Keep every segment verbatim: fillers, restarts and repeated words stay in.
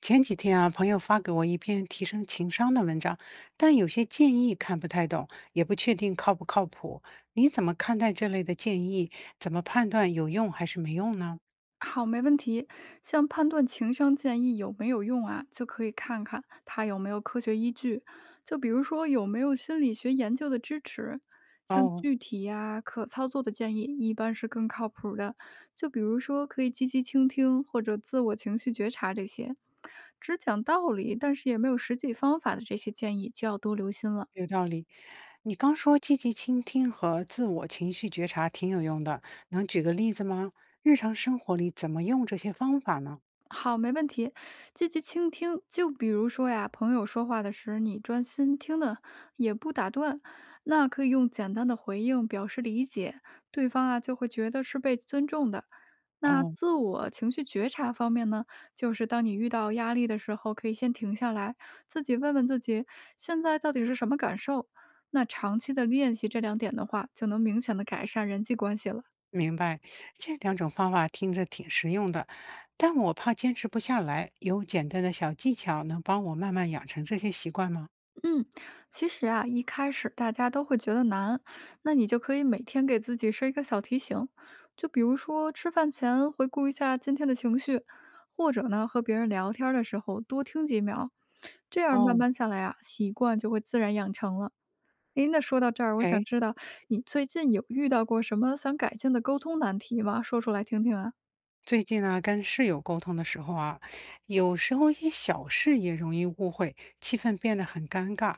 前几天啊，朋友发给我一篇提升情商的文章，但有些建议看不太懂，也不确定靠不靠谱。你怎么看待这类的建议？怎么判断有用还是没用呢？好，没问题。像判断情商建议有没有用啊，就可以看看它有没有科学依据，就比如说有没有心理学研究的支持。像哦，具体呀、可操作的建议，一般是更靠谱的。就比如说，可以积极倾听或者自我情绪觉察这些，只讲道理，但是也没有实际方法的这些建议，就要多留心了。有道理。你刚说积极倾听和自我情绪觉察挺有用的，能举个例子吗？日常生活里怎么用这些方法呢？好，没问题。积极倾听，就比如说呀，朋友说话的时，候，你专心听的，也不打断，那可以用简单的回应表示理解，对方啊就会觉得是被尊重的。那哦，自我情绪觉察方面呢，就是当你遇到压力的时候，可以先停下来，自己问问自己，现在到底是什么感受。那长期的练习这两点的话，就能明显的改善人际关系了。明白，这两种方法听着挺实用的，但我怕坚持不下来。有简单的小技巧能帮我慢慢养成这些习惯吗？嗯，其实啊，一开始大家都会觉得难，那你就可以每天给自己设一个小提醒，就比如说吃饭前回顾一下今天的情绪，或者呢和别人聊天儿的时候多听几秒，这样慢哦，慢下来啊，习惯就会自然养成了。诶，那说到这儿，我想哎，知道你最近有遇到过什么想改进的沟通难题吗？说出来听听啊。最近呢，跟室友沟通的时候啊，有时候一些小事也容易误会，气氛变得很尴尬。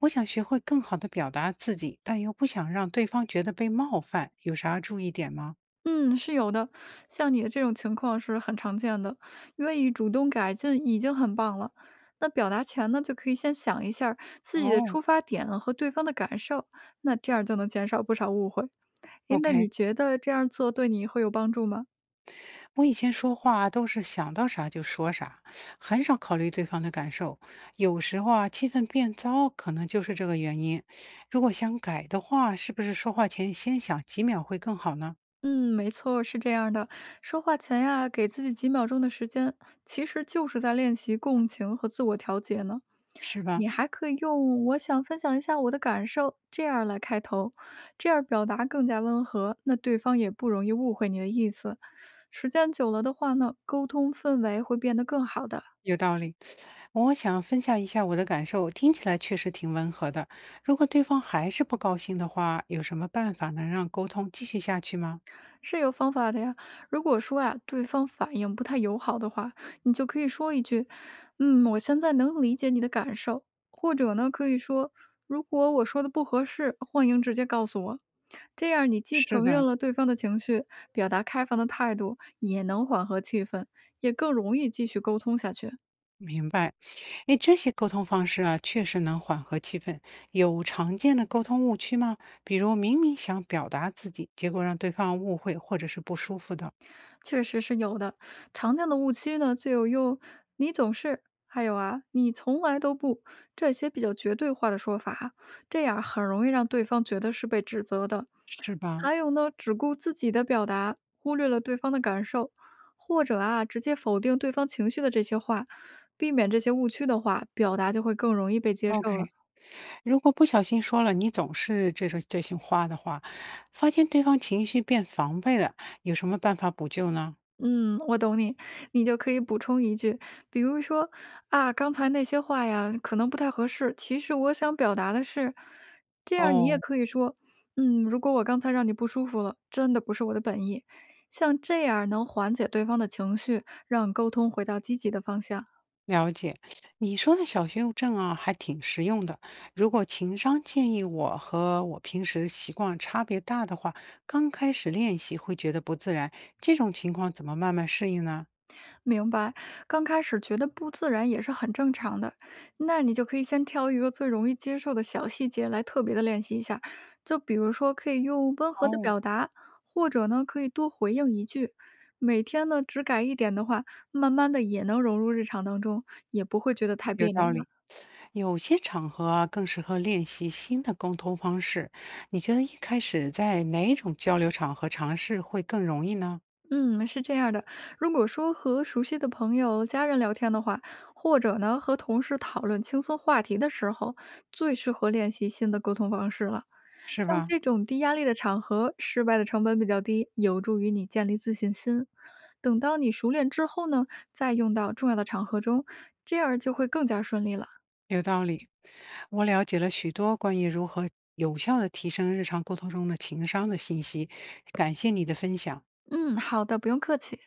我想学会更好的表达自己，但又不想让对方觉得被冒犯，有啥注意点吗？嗯，是有的，像你的这种情况是很常见的。愿意主动改进已经很棒了。那表达前呢，就可以先想一下儿自己的哦，出发点和对方的感受，那这样就能减少不少误会。诶，那？OK，你觉得这样做对你会有帮助吗？我以前说话啊都是想到啥就说啥，很少考虑对方的感受。有时候啊，气氛变糟可能就是这个原因。如果想改的话，是不是说话前先想几秒会更好呢？嗯，没错，是这样的。说话前呀，给自己几秒钟的时间，其实就是在练习共情和自我调节呢。是吧？你还可以用“我想分享一下我的感受”这样来开头，这样表达更加温和，那对方也不容易误会你的意思。时间久了的话呢，沟通氛围会变得更好的。有道理。我想分享一下我的感受，听起来确实挺温和的。如果对方还是不高兴的话，有什么办法能让沟通继续下去吗？是有方法的呀。如果说呀，对方反应不太友好的话，你就可以说一句：“嗯，我现在能理解你的感受。”或者呢，可以说：“如果我说的不合适，欢迎直接告诉我。”这样，你既是承的，认了对方的情绪，表达开放的态度，也能缓和气氛，也更容易继续沟通下去。明白，哎，这些沟通方式啊，确实能缓和气氛。有常见的沟通误区吗？比如明明想表达自己，结果让对方误会或者是不舒服的，确实是有的。常见的误区呢，就有用“你总是”，还有啊“你从来都不”这些比较绝对化的说法，这样很容易让对方觉得是被指责的。是吧还有呢，只顾自己的表达，忽略了对方的感受，或者啊直接否定对方情绪的这些话，避免这些误区的话，表达就会更容易被接？OK，受了。如果不小心说了你总是这种这些话的话，发现对方情绪变防备了，有什么办法补救呢？嗯，我懂你，你就可以补充一句，比如说啊，刚才那些话呀，可能不太合适。其实我想表达的是，这样你也哦，可以说，嗯，如果我刚才让你不舒服了，真的不是我的本意。像这样能缓解对方的情绪，让沟通回到积极的方向。了解，你说的小修正啊，还挺实用的。如果情商建议我和我平时习惯差别大的话，刚开始练习会觉得不自然，这种情况怎么慢慢适应呢？明白，刚开始觉得不自然也是很正常的。那你就可以先挑一个最容易接受的小细节来特别的练习一下，就比如说可以用温和的哦，表达，或者呢可以多回应一句。每天呢只改一点的话，慢慢的也能融入日常当中，也不会觉得太有别扭道了。理。有些场合啊，更适合练习新的沟通方式。你觉得一开始在哪一种交流场合尝试会更容易呢？嗯，是这样的。如果说和熟悉的朋友、家人聊天的话，或者呢和同事讨论轻松话题的时候，最适合练习新的沟通方式了。是像吧？这种低压力的场合，失败的成本比较低，有助于你建立自信心。等到你熟练之后呢，再用到重要的场合中，这样就会更加顺利了。有道理，我了解了许多关于如何有效的提升日常沟通中的情商的信息，感谢你的分享。嗯，好的，不用客气。